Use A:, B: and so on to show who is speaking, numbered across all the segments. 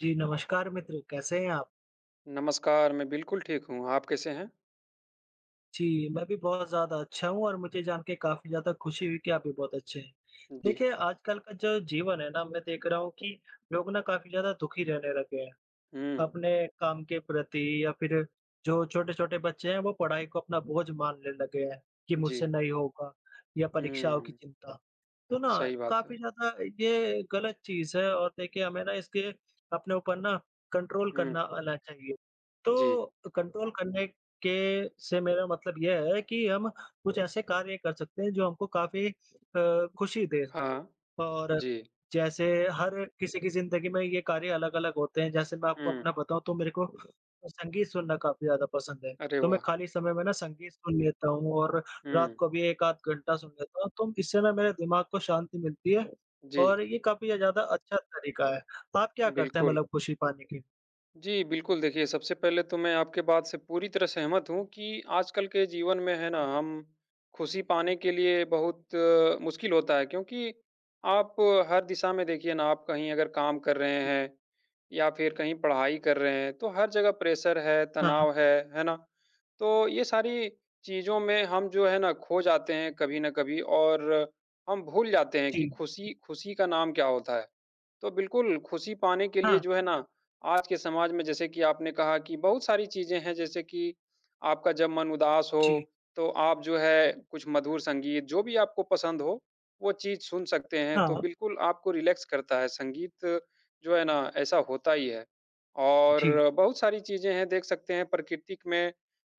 A: जी, नमस्कार मित्र, कैसे हैं आप?
B: नमस्कार, मैं बिल्कुल ठीक हूँ, आप कैसे हैं?
A: जी, मैं भी बहुत ज़्यादा अच्छा हूँ और मुझे जान के काफ़ी ज़्यादा खुशी हुई कि आप भी बहुत अच्छे हैं।
B: जी।
A: देखिए, आजकल का जो जीवन है ना, मैं देख रहा हूँ कि लोग ना काफ़ी ज़्यादा दुखी रहने लगे हैं,
B: हुँ,
A: अपने काम के प्रति या फिर जो छोटे-छोटे बच्चे हैं, वो पढ़ाई को अपना बोझ मानने लगे हैं कि
B: जी।
A: मुझसे नहीं होगा या परीक्षाओं की
B: हुँ,
A: चिंता। तो ना
B: सही बात है।
A: काफ़ी ज़्यादा ये गलत चीज़ है और देखिए हमें ना इसके अपने ऊपर ना कंट्रोल
B: हुँ,
A: करना आना चाहिए।
B: जी।
A: तो कंट्रोल करने के से मेरा मतलब ये है कि हम कुछ ऐसे कार्य कर सकते हैं जो हमको काफ़ी खुशी दे।
B: हाँ,
A: और
B: जी।
A: जैसे हर किसी की ज़िंदगी में ये कार्य अलग-अलग होते हैं। जैसे मैं आपको
B: हुँ,
A: अपना बताऊँ तो मेरे को संगीत सुनना काफ़ी ज़्यादा पसंद है।
B: अरे
A: तो मैं
B: वाह!
A: खाली समय में ना संगीत सुन लेता हूँ और रात
B: हुँ,
A: को भी एक आध घंटा सुन लेता हूँ। तो इससे ना मेरे दिमाग को शांति मिलती है
B: जी,
A: और ये काफ़ी ज़्यादा अच्छा तरीका है। आप क्या करते हैं
B: बिल्कुल।
A: मतलब खुशी पाने के लिए?
B: जी, बिल्कुल देखिए, सबसे पहले तो मैं आपके बात से पूरी तरह सहमत हूँ कि आजकल के जीवन में है
A: हाँ,
B: ना, हम खुशी पाने के लिए बहुत मुश्किल होता है क्योंकि आप हर दिशा में देखिए ना, आप कहीं अगर काम कर रहे
A: जी।
B: हैं या फिर कहीं पढ़ाई कर रहे हैं, तो हर जगह प्रेशर है,
A: हाँ,
B: तनाव है ना? तो ये सारी चीज़ों में हम जो है ना खो जाते हैं कभी न कभी और हम भूल जाते हैं कि
A: जी।
B: खुशी खुशी का नाम क्या होता है। तो बिल्कुल, खुशी पाने के लिए
A: हाँ,
B: जो है ना, आज के समाज में जैसे कि आपने कहा कि बहुत सारी चीज़ें हैं, जैसे कि आपका जब मन उदास
A: जी।
B: हो, तो आप जो है कुछ मधुर संगीत, जो भी आपको पसंद हो, वो चीज़ सुन सकते हैं। तो
A: हाँ,
B: बिल्कुल आपको रिलैक्स करता है संगीत, जो है ना, ऐसा होता ही है। और
A: जी।
B: बहुत सारी चीज़ें हैं, देख सकते हैं प्राकृतिक में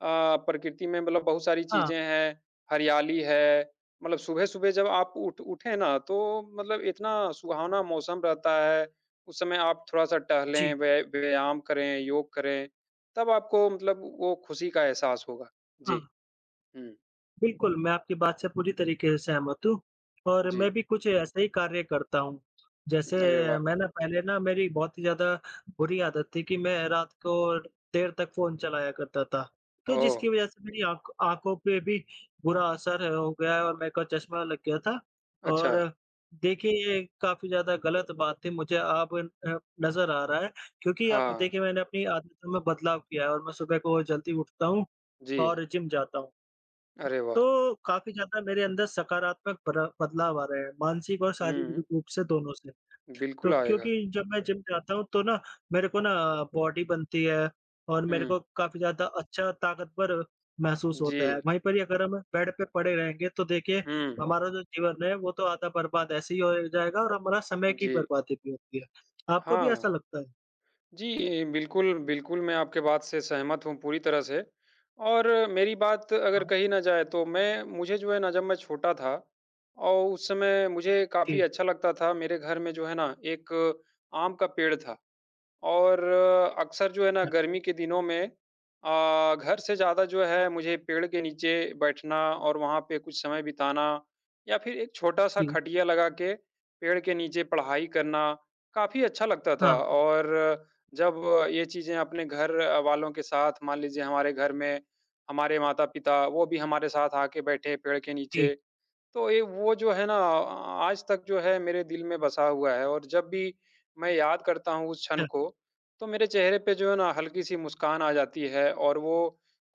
B: अ, प्रकृति में मतलब बहुत सारी
A: हाँ,
B: चीज़ें हैं, हरियाली है मतलब सुबह-सुबह जब आप उठ उठे ना तो मतलब इतना सुहावना मौसम रहता है, उस समय आप थोड़ा-सा टहलें,
A: जी।
B: व्यायाम करें, योग करें, तब आपको मतलब वो खुशी का एहसास होगा।
A: हाँ।
B: जी। हुँ,
A: बिल्कुल, मैं आपकी बात से पूरी तरीके से सहमत हूँ और मैं
B: जी।
A: भी कुछ ऐसे ही कार्य करता हूँ। जैसे
B: अरे वाह!
A: मैं ना पहले ना मेरी बहुत ही ज़्यादा बुरी आदत थी कि मैं रात को देर तक फ़ोन चलाया करता था। तो
B: ओह!
A: जिसकी वज़ह से मेरी आँखों पे भी बुरा असर हो गया है और मेरे को चश्मा लग गया था
B: अच्छा।
A: और देखिए ये काफ़ी ज़्यादा गलत बात थी मुझे अब अ, नज़र आ रहा है क्योंकि अब
B: हाँ,
A: देखिए मैंने अपनी आदतों में बदलाव किया है और मैं सुबह को जल्दी उठता हूँ
B: जी।
A: और जिम जाता हूँ।
B: अरे वाह!
A: तो काफ़ी ज़्यादा मेरे अंदर सकारात्मक बरा बदलाव आ रहे हैं, मानसिक और
B: हुँ,
A: शारीरिक रूप से दोनों से। तो
B: बिल्कुल आएगा।
A: क्योंकि जब मैं जिम जाता हूँ तो ना मेरे को ना बॉडी बनती है और मेरे
B: हुँ,
A: को काफ़ी ज़्यादा अच्छा ताकतवर महसूस
B: जी।
A: होता है। वहीं पर ही अगर हम बेड पे पड़े रहेंगे तो देखिए
B: हुँ,
A: हमारा जो जीवन है वो तो आधा बर्बाद ऐसे ही हो जाएगा और हमारा समय की
B: जी।
A: बर्बादी भी होती है। आपको भी ऐसा
B: हाँ।
A: लगता है?
B: जी, बिल्कुल, बिल्कुल, मैं आपके बात से सहमत हूँ पूरी तरह से और मेरी बात अगर
A: हाँ,
B: कही ना जाए तो मैं मुझे जो है ना जब मैं छोटा था और उस समय मुझे काफ़ी
A: जी,
B: अच्छा लगता था, मेरे घर में जो है ना एक आम का पेड़ था। और अक्सर जो है ना
A: अच्छा,
B: गर्मी के दिनों में घर से ज़्यादा जो है मुझे पेड़ के नीचे बैठना और वहाँ पे कुछ समय बिताना या फिर एक छोटा-सा
A: जी,
B: खटिया लगा के पेड़ के नीचे पढ़ाई करना काफ़ी अच्छा लगता था।
A: हाँ,
B: और जब ये चीज़ें अपने घर वालों के साथ मान लीजिए हमारे घर में हमारे माता-पिता वो भी हमारे साथ आके बैठे पेड़ के
A: जी,
B: नीचे तो ये वो जो है ना आज तक जो है मेरे दिल में बसा हुआ है और जब भी मैं याद करता हूँ उस क्षण
A: अच्छा,
B: को, तो मेरे चेहरे पे जो है ना हल्की-सी मुस्कान आ जाती है और वो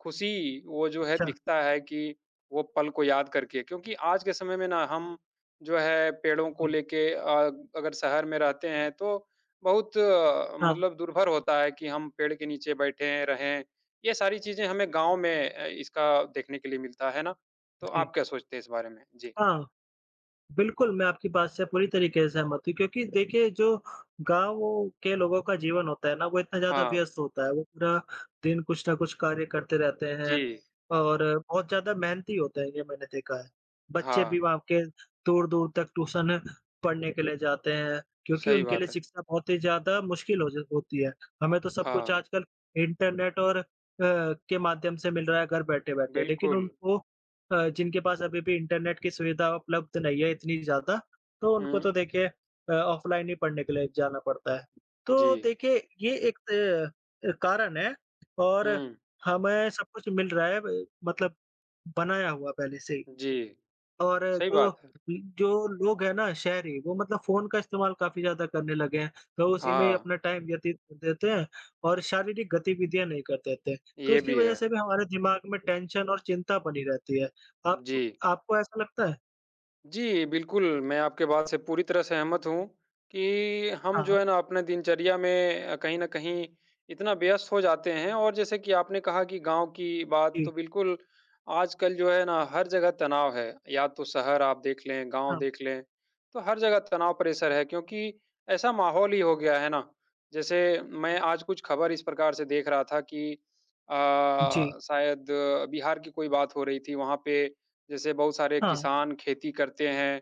B: खुशी वो जो है
A: अच्छा,
B: दिखता है कि वो पल को याद करके। क्योंकि आज के समय में ना हम जो है पेड़ों को
A: जी,
B: लेके अगर शहर में रहते हैं तो बहुत
A: हाँ,
B: मतलब दुर्भर होता है कि हम पेड़ के नीचे बैठे रहें। ये सारी चीज़ें हमें गाँव में इसका देखने के लिए मिलता है ना? तो
A: जी,
B: आप क्या सोचते हैं इस बारे में? जी।
A: हाँ। बिल्कुल, मैं आपकी बात से पूरी तरीके से सहमत हूँ क्योंकि देखिए जो गाँव के लोगों का जीवन होता है ना, वो इतना ज़्यादा
B: हाँ,
A: व्यस्त होता है, वो पूरा दिन कुछ ना कुछ कार्य करते रहते
B: जी।
A: हैं और बहुत ज़्यादा मेहनती होते हैं, ये मैंने देखा है। बच्चे
B: हाँ,
A: भी वहाँ के दूर-दूर तक ट्यूशन पढ़ने के लिए जाते हैं क्योंकि
B: सही
A: उनके लिए
B: बात है।
A: शिक्षा बहुत ही ज़्यादा मुश्किल हो ज होती है। हमें तो सब कुछ
B: हाँ,
A: आजकल इंटरनेट और के माध्यम से मिल रहा है घर बैठे-बैठे, लेकिन
B: बिल्कुल।
A: उनको जिनके पास अभी भी इंटरनेट की सुविधा उपलब्ध नहीं है इतनी ज़्यादा, तो उनको
B: हुँ,
A: तो देखिए ऑफ़लाइन ही पढ़ने के लिए जाना पड़ता है। तो
B: जी।
A: देखिए ये एक कारण है और
B: हुँ,
A: हमें सब कुछ मिल रहा है ब मतलब बनाया हुआ पहले से ही।
B: जी,
A: और
B: सही
A: जो
B: बात है।
A: जो लोग हैं ना शहरी, वो मतलब फ़ोन का इस्तेमाल काफ़ी ज़्यादा करने लगे हैं, तो उसी में ही
B: हाँ,
A: अपना टाइम व्यतीत कर देते हैं और शारीरिक गतिविधियाँ नहीं कर देते। तो
B: ये
A: इसकी
B: भी
A: वजह
B: है।
A: से भी हमारे दिमाग में टेंशन और चिंता बनी रहती है। आप
B: जी।
A: आपको ऐसा लगता है?
B: जी, बिल्कुल, मैं आपके बात से पूरी तरह सहमत हूँ कि हम
A: हाँ,
B: जो है ना अपने दिनचर्या में कहीं न कहीं इतना व्यस्त हो जाते हैं और जैसे कि आपने कहा कि गाँव की बात
A: जी,
B: तो बिल्कुल आजकल जो है ना हर जगह तनाव है। या तो शहर आप देख लें, गाँव
A: हाँ,
B: देख लें, तो हर जगह तनाव प्रेशर है क्योंकि ऐसा माहौल ही हो गया है ना। जैसे मैं आज कुछ खबर इस प्रकार से देख रहा था कि अ,
A: जी,
B: शायद बिहार की कोई बात हो रही थी, वहाँ पे जैसे बहुत सारे
A: हाँ,
B: किसान खेती करते हैं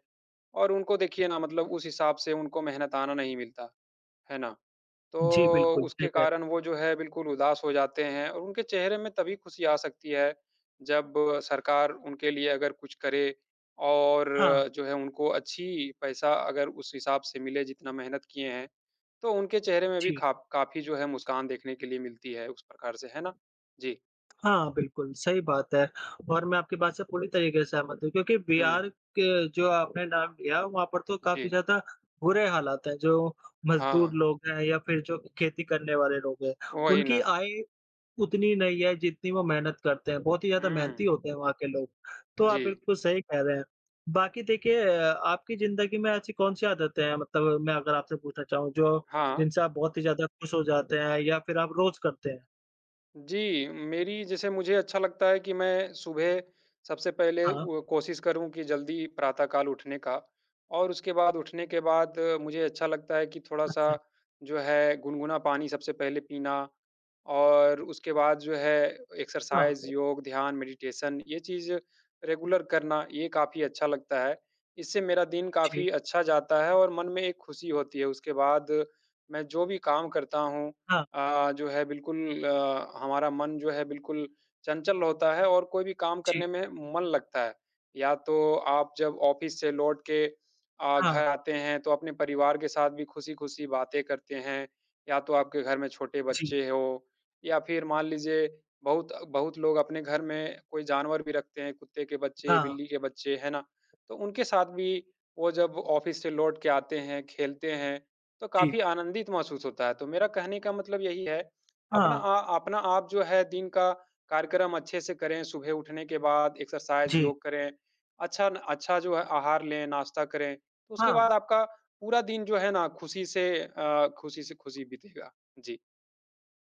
B: और उनको देखिए ना मतलब उस हिसाब से उनको मेहनताना नहीं मिलता, है ना?
A: जी,
B: तो
A: बिल्कुल, सही
B: उसके
A: कह रहे हैं।
B: कारण वो जो है बिल्कुल उदास हो जाते हैं और उनके चेहरे में तभी खुशी आ सकती है, जब सरकार उनके लिए अगर कुछ करे और
A: हाँ,
B: जो है उनको अच्छी पैसा अगर उस हिसाब से मिले जितना मेहनत किए हैं, तो उनके चेहरे में भी
A: जी।
B: खा काफ़ी जो है मुस्कान देखने के लिए मिलती है उस प्रकार से, है ना? जी।
A: हाँ, बिल्कुल, सही बात है और मैं आपकी बात से पूरी तरीके से सहमत हूँ क्योंकि
B: हुँ।
A: बिहार के जो आपने नाम लिया, वहाँ पर तो
B: जी।
A: काफ़ी ज़्यादा बुरे हालात हैं, जो मज़दूर
B: हाँ,
A: लोग हैं या फिर जो खेती करने वाले लोग हैं,
B: वही
A: उनकी
B: ना।
A: आय उतनी नहीं है जितनी वो मेहनत करते हैं, बहुत ही ज़्यादा
B: हुँ।
A: मेहनती होते हैं वहाँ के लोग, तो
B: जी।
A: आप बिल्कुल सही कह रहे हैं। बाकी देखिए आपकी ज़िंदगी में ऐसी कौन-सी आदतें हैं मतलब मैं अगर आपसे पूछना चाहूँ जो
B: हाँ,
A: जिनसे आप बहुत ही ज़्यादा खुश हो जाते हैं या फिर आप रोज़ करते हैं?
B: जी, मेरी जैसे मुझे अच्छा लगता है कि मैं सुबह सबसे पहले
A: हाँ,
B: वो कोशिश करूँ कि जल्दी प्रातः काल उठने का और उसके बाद उठने के बाद मुझे अच्छा लगता है कि थोड़ा-सा
A: अच्छा,
B: जो है गुनगुना पानी सबसे पहले पीना और उसके बाद जो है
A: हाँ।
B: एक्सरसाइज़, योग, ध्यान, मेडिटेशन ये चीज़ रेगुलर करना ये काफ़ी अच्छा लगता है। इससे मेरा दिन
A: जी,
B: काफ़ी अच्छा जाता है और मन में एक खुशी होती है। उसके बाद मैं जो भी काम करता हूँ
A: हाँ,
B: जो है बिल्कुल हमारा मन जो है बिल्कुल चंचल होता है और कोई भी काम करने
A: जी,
B: में मन लगता है। या तो आप जब ऑफ़िस से लौट के
A: हाँ,
B: घर आते हैं तो अपने परिवार के साथ भी खुशी-खुशी बातें करते हैं, या तो आपके घर में छोटे
A: जी,
B: बच्चे हो या फिर मान लीजिए बहुत बहुत लोग अपने घर में कोई जानवर भी रखते हैं, कुत्ते के बच्चे,
A: हाँ,
B: बिल्ली के बच्चे, है ना? तो उनके साथ भी वो जब ऑफ़िस से लौट के आते हैं, खेलते हैं तो
A: जी,
B: काफ़ी आनंदित महसूस होता है। तो मेरा कहने का मतलब यही है,
A: हाँ,
B: अपना आप जो है दिन का कार्यक्रम अच्छे से करें, सुबह उठने के बाद एक्सरसाइज़,
A: जी,
B: योग करें, अच्छा न अच्छा जो है आहार लें, नाश्ता करें, तो उसके
A: हाँ,
B: बाद आपका पूरा दिन जो है ना खुशी बीतेगा। जी।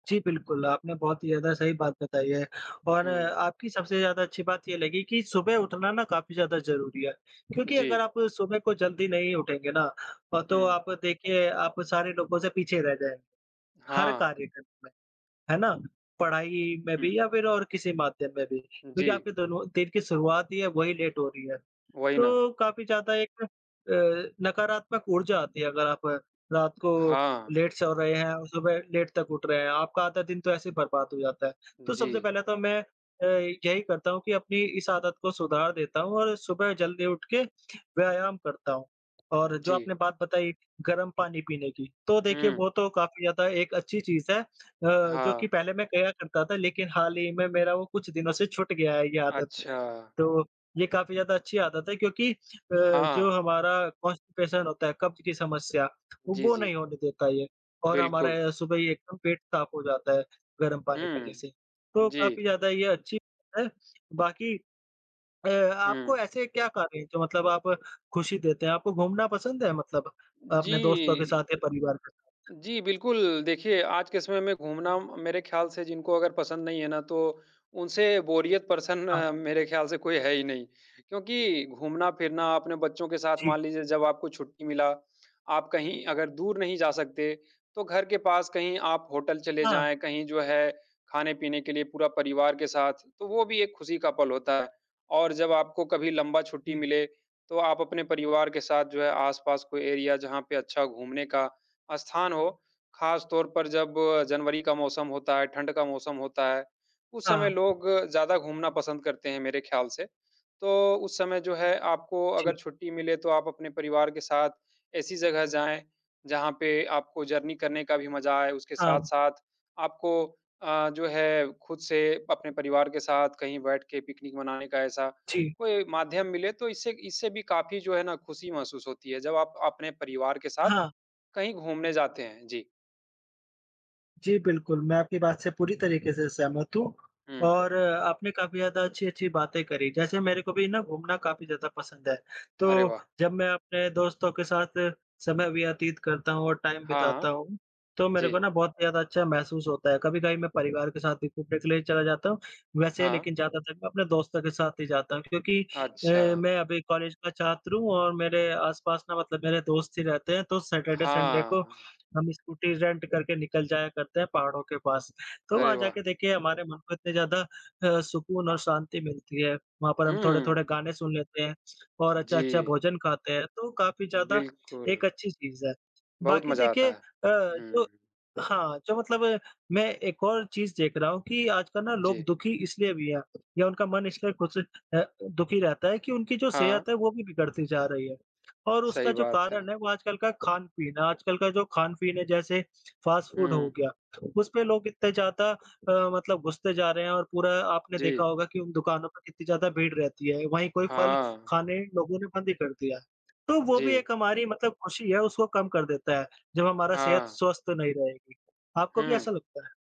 A: जी, बिल्कुल, आपने बहुत ही ज़्यादा सही बात बताई है और
B: हुँ।
A: आपकी सबसे ज़्यादा अच्छी बात ये लगी कि सुबह उठना ना काफ़ी ज़्यादा ज़रूरी है, क्योंकि
B: जी।
A: अगर आप सुबह को जल्दी नहीं उठेंगे ना तो
B: हुँ।
A: आप देखिए आप सारे लोगों से पीछे रह जाएँगे, हर
B: हाँ।
A: कार्य करने में, है ना? पढ़ाई में
B: हुँ।
A: भी या फिर और किसी माध्यम में भी, क्योंकि
B: जी,
A: आपके दोनों दिन की शुरुआत ही है वही लेट हो रही है।
B: वही ना।
A: तो काफ़ी ज़्यादा एक नकारात्मक ऊर्जा आती है अगर आप रात को
B: हाँ।
A: लेट सो रहे हैं और सुबह लेट तक उठ रहे हैं, आपका आधा दिन तो ऐसे ही बर्बाद हो जाता है। तो सबसे
B: जी,
A: पहले तो मैं अ, यही करता हूँ कि अपनी इस आदत को सुधार देता हूँ और सुबह जल्दी उठ के व्यायाम करता हूँ। और जो
B: जी।
A: आपने बात बताई गर्म पानी पीने की, तो देखिए
B: हुँ।
A: वो तो काफ़ी ज़्यादा एक अच्छी चीज़ है जो कि
B: हाँ।
A: पहले मैं किया करता था लेकिन हाल ही में मेरा वो कुछ दिनों से छूट गया है ये आदत।
B: अच्छा।
A: तो ये काफ़ी ज़्यादा अच्छी आदत है क्योंकि जो
B: हाँ।
A: हमारा कॉन्स्टिपेशन होता है, कब्ज़ की समस्या, वो
B: जी,
A: वो
B: जी।
A: नहीं होने देता ये और
B: बिल्कुल।
A: हमारा सुबह ही एकदम पेट साफ़ हो जाता है गर्म पानी पीने से।
B: हुँ।
A: तो
B: जी,
A: काफ़ी ज़्यादा ये अच्छी है। बाकी अ, आपको
B: हुँ।
A: ऐसे क्या कार्य हैं जो मतलब आप खुशी देते हैं? आपको घूमना पसंद है मतलब
B: जी,
A: अपने दोस्तों के साथ या परिवार के साथ?
B: जी, बिल्कुल। देखिए, आज के समय में घूमना मेरे ख़्याल से जिनको अगर पसंद नहीं है ना, तो उनसे
A: हाँ,
B: मेरे ख़्याल से कोई है ही नहीं। क्योंकि घूमना-फिरना अपने बच्चों के साथ
A: जी।
B: मान लीजिए जब आपको छुट्टी मिला, आप कहीं अगर दूर नहीं जा सकते, तो घर के पास कहीं आप होटल चले
A: हाँ,
B: जाएँ, कहीं जो है खाने-पीने के लिए पूरा परिवार के साथ, तो वो भी एक खुशी का पल होता है। और जब आपको कभी लंबा छुट्टी
A: जी।
B: मिले, तो आप अपने परिवार के साथ जो है आस-पास कोई एरिया जहाँ पे अच्छा घूमने का स्थान हो, ख़ास तौर पर जब जनवरी का मौसम होता है, ठंड का मौसम होता है, उस
A: हाँ,
B: समय लोग ज़्यादा घूमना पसंद करते हैं मेरे ख़्याल से। तो उस समय जो है आपको अगर
A: जी।
B: छुट्टी मिले तो आप अपने परिवार के साथ ऐसी जगह जाएँ, जहाँ पे आपको जर्नी करने का भी मज़ा आए, उसके
A: हाँ,
B: साथ-साथ आपको जो है खुद से अपने परिवार के साथ कहीं बैठ के पिकनिक मनाने का ऐसा
A: जी।
B: कोई माध्यम मिले तो इससे इससे भी काफ़ी जो है ना खुशी महसूस होती है, जब आप अपने परिवार के साथ
A: हाँ।
B: कहीं घूमने जाते हैं। जी।
A: जी, बिल्कुल, मैं आपकी बात से पूरी तरीके से सहमत हूँ
B: हुँ।
A: और आपने काफ़ी ज़्यादा अच्छी-अच्छी बातें करी, जैसे मेरे को भी ना घूमना काफ़ी ज़्यादा पसंद है,
B: अरे
A: तो
B: वाह!
A: जब मैं अपने दोस्तों के साथ समय व्यतीत करता हूँ और टाइम बिताता
B: हाँ।
A: हूँ, तो मेरे
B: जी।
A: को ना बहुत ज़्यादा अच्छा महसूस होता है। कभी-कभी मैं परिवार के साथ भी घूमने के लिए चला जाता हूँ, वैसे
B: हाँ।
A: लेकिन ज़्यादातर मैं अपने दोस्तों के साथ ही जाता हूँ क्योंकि
B: अच्छा।
A: मैं अभी कॉलेज का छात्र हूँ और मेरे आस-पास ना मतलब मेरे दोस्त ही रहते हैं, तो सैटरडे, संडे को
B: हाँ।
A: हम स्कूटी रेंट करके निकल जाया करते हैं पहाड़ों के पास। तो
B: अरे
A: वहाँ
B: वाह!
A: जाके देखिए हमारे मन को इतने ज़्यादा सुकून और शांति मिलती है। वहाँ पर हम
B: हुँ।
A: थोड़े-थोड़े गाने सुन लेते हैं और अच्छा-अच्छा
B: जी,
A: भोजन खाते हैं, तो काफ़ी ज़्यादा
B: बिल्कुल।
A: एक अच्छी चीज़ है।
B: बहुत
A: बाकी
B: मज़ा
A: देखिए
B: आता है।
A: जो
B: हुँ।
A: हाँ, जो मतलब मैं एक और चीज़ देख रहा हूँ कि आजकल ना
B: जी।
A: लोग दुखी इसलिए भी हैं या उनका मन इसलिए खुश दुखी रहता है कि उनकी जो
B: हाँ,
A: सेहत है वो भी बिगड़ती जा रही है। और उसका
B: सही
A: जो
B: बात है।
A: कारण है वो आजकल का खान-पीन है। आजकल का जो खान-पीन है जैसे फ़ास्ट
B: हुँ।
A: फ़ूड हो गया, उसपे लोग इतने ज़्यादा मतलब घुसते जा रहे हैं और पूरा आपने
B: जी।
A: देखा होगा कि उन दुकानों पर कितनी ज़्यादा भीड़ रहती है। वहीं कोई फल
B: हाँ।
A: खाने लोगों ने बंद ही कर दिया है। तो वो
B: जी।
A: भी एक हमारी मतलब खुशी है उसको कम कर देता है, जब हमारा सेहत
B: हाँ।
A: स्वस्थ नहीं रहेगी। आपको भी
B: हुँ।
A: ऐसा लगता है?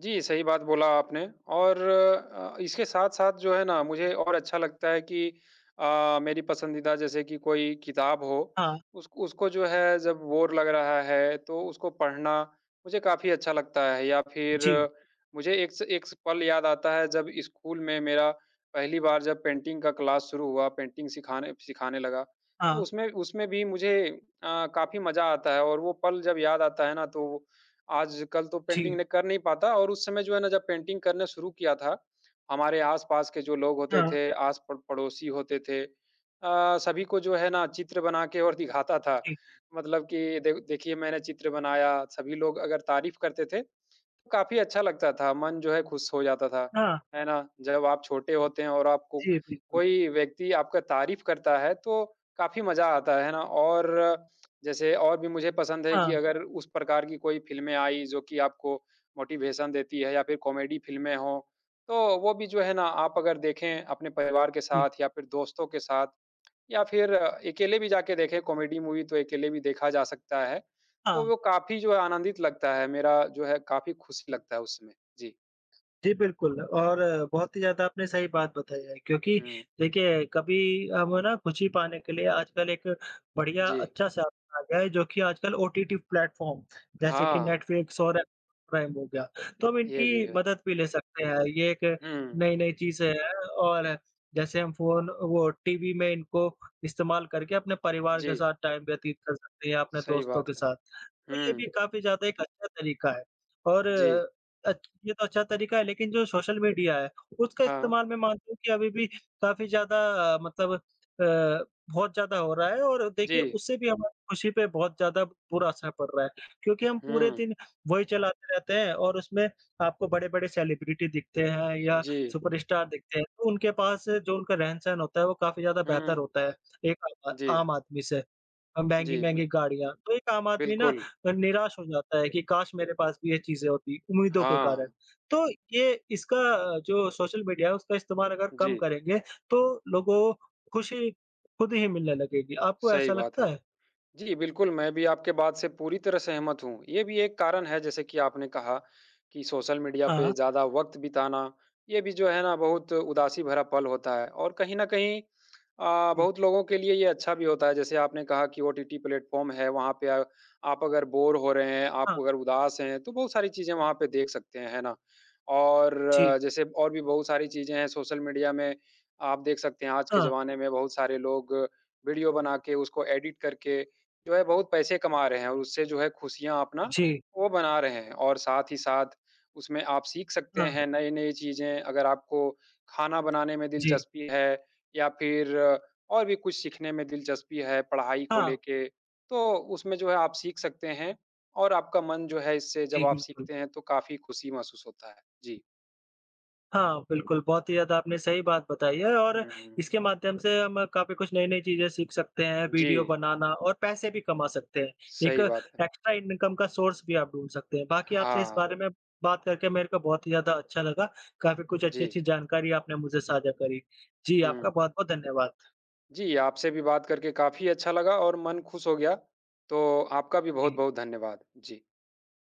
B: जी, सही बात बोला आपने और इसके साथ-साथ जो है ना मुझे और अच्छा लगता है कि मेरी पसंदीदा जैसे कि कोई किताब हो,
A: हाँ,
B: उस उसको जो है जब बोर लग रहा है तो उसको पढ़ना मुझे काफ़ी अच्छा लगता है या फिर
A: जी,
B: मुझे एक पल याद आता है जब स्कूल में मेरा पहली बार जब पेंटिंग का क्लास शुरू हुआ, पेंटिंग सिखाने सिखाने लगा, तो
A: हाँ,
B: उसमें उसमें भी मुझे काफ़ी मज़ा आता है और वो पल जब याद आता है ना तो आजकल तो पेंटिंग
A: जी,
B: नहीं पाता और उस समय जो है ना जब पेंटिंग करना शुरू किया था, हमारे आस-पास के जो लोग होते
A: हाँ,
B: थे, आस प पड़ोसी होते थे सभी को जो है ना चित्र बना के और दिखाता था।
A: जी,
B: मतलब कि देखिए मैंने चित्र बनाया, सभी लोग अगर तारीफ़ करते थे तो काफ़ी अच्छा लगता था, मन जो है खुश हो जाता था,
A: हाँ,
B: है ना? जब आप छोटे होते हैं और आपको
A: जी, बिल्कुल।
B: कोई व्यक्ति आपका तारीफ़ करता है, तो काफ़ी मज़ा आता है ना? और जैसे और भी मुझे पसंद है कि
A: हाँ,
B: अगर उस प्रकार की कोई फ़िल्में आई जो कि आपको मोटिवेशन देती है या फिर कॉमेडी फ़िल्में हों, तो वो भी जो है ना आप अगर देखें अपने परिवार के
A: जी,
B: साथ या फिर दोस्तों के साथ या फिर अकेले भी जाके देखें, कॉमेडी मूवी तो अकेले भी देखा जा सकता है। तो
A: हाँ।
B: वो काफ़ी जो है आनंदित लगता है, मेरा जो है काफ़ी खुशी लगता है उस समय। जी।
A: जी, बिल्कुल और बहुत ही ज़्यादा आपने सही बात बताई है क्योंकि
B: हुँ।
A: देखिए, कभी हम ना खुशी पाने के लिए आजकल एक बढ़िया
B: जी।
A: अच्छा साधन आ गया है, जो कि आजकल ओटीटी प्लेटफ़ॉर्म जैसे कि
B: हाँ,
A: नेटफ्लिक्स और अमेज़न प्राइम हो गया, तो हम
B: ये भी
A: इनकी
B: है।
A: मदद भी ले सकते हैं। ये एक
B: हुँ।
A: नई-नई चीज़ें हैं और जैसे हम फ़ोन वो टीवी में इनको इस्तेमाल करके अपने परिवार के
B: जी,
A: साथ टाइम व्यतीत कर सकते हैं या अपने
B: सही
A: दोस्तों के
B: बात है।
A: साथ। तो ये
B: हुँ।
A: भी काफ़ी ज़्यादा एक अच्छा तरीका है और
B: जी।
A: अच ये तो अच्छा तरीका है लेकिन जो सोशल मीडिया है, उसका
B: हाँ।
A: इस्तेमाल मैं मानता हूँ कि अभी भी काफ़ी ज़्यादा मतलब बहुत ज़्यादा हो रहा है और देखिए
B: जी।
A: उससे भी हमारी खुशी पे बहुत ज़्यादा बुरा असर पड़ रहा है क्योंकि हम पूरे
B: हुँ।
A: दिन वही चलाते रहते हैं और उसमें आपको बड़े-बड़े सेलिब्रिटी दिखते हैं या
B: जी।
A: सुपरस्टार दिखते हैं, तो उनके पास जो उनका रहन-सहन होता है वो काफ़ी ज़्यादा बेहतर
B: हुँ।
A: होता है, एक आम
B: जी।
A: आम आदमी से।
B: जी, बि
A: महँगी-महँगी गाड़ियाँ, तो एक आम आदमी ना
B: बिल्कुल।
A: निराश हो जाता है कि काश मेरे पास भी ये चीज़ें होती, उम्मीदों के कारण।
B: हाँ।
A: तो ये इसका जो सोशल मीडिया है उसका इस्तेमाल अगर
B: जी,
A: कम करेंगे तो लोगों को खुशी खुद ही मिलने लगेगी। आपको
B: सही
A: ऐसा
B: बात
A: लगता
B: है।
A: है?
B: जी, बिल्कुल, मैं भी आपके बात से पूरी तरह सहमत हूँ। ये भी एक कारण है जैसे कि आपने कहा कि सोशल मीडिया पे
A: हाँ।
B: ज़्यादा वक़्त बिताना, ये भी जो है ना बहुत उदासी भरा पल होता है और कहीं न कहीं
A: जी।
B: बहुत लोगों के लिए ये अच्छा भी होता है, जैसे आपने कहा कि ओटीटी प्लेटफ़ॉर्म है, वहाँ पे आप अगर बोर हो रहे हैं, आप
A: हाँ।
B: अगर उदास हैं, तो बहुत सारी चीज़ें वहाँ पे देख सकते हैं, है ना? और
A: जी।
B: जैसे और भी बहुत सारी चीज़ें हैं, सोशल मीडिया में आप देख सकते हैं, आज के
A: हाँ।
B: ज़माने में बहुत सारे लोग वीडियो बना के, उसको एडिट करके, जो है बहुत पैसे कमा रहे हैं और उससे जो है खुशियाँ अपना
A: जी।
B: वो बना रहे हैं और साथ ही साथ उसमें आप सीख सकते
A: हाँ।
B: हैं नई-नई चीज़ें, अगर आपको खाना बनाने में
A: जी।
B: दिलचस्पी है या फिर और भी कुछ सीखने में दिलचस्पी है पढ़ाई को
A: हाँ।
B: लेके, तो उसमें जो है आप सीख सकते हैं और आपका मन जो है इससे
A: जी,
B: जब आप
A: बिल्कुल।
B: सीखते हैं तो काफ़ी खुशी महसूस होता है। जी।
A: हाँ, बिल्कुल, बहुत ही ज़्यादा आपने सही बात बताई है और
B: हुँ,
A: इसके माध्यम से हम काफ़ी कुछ नई-नई चीज़ें सीख सकते हैं,
B: जी,
A: वीडियो बनाना और पैसे भी कमा सकते हैं। एक
B: सही बात है।
A: एक्स्ट्रा इनकम का सोर्स भी आप ढूँढ सकते हैं। बाकी आपसे इस
B: हाँ,
A: बारे में बात करके मेरे को बहुत ही ज़्यादा अच्छा लगा। काफ़ी कुछ
B: जी।
A: अच्छी-अच्छी जानकारी आपने मुझे साझा करी। जी,
B: हुँ।
A: आपका बहुत-बहुत धन्यवाद।
B: जी, आपसे भी बात करके काफ़ी अच्छा लगा और मन खुश हो गया, तो आपका भी
A: जी।
B: बहुत-बहुत धन्यवाद। जी।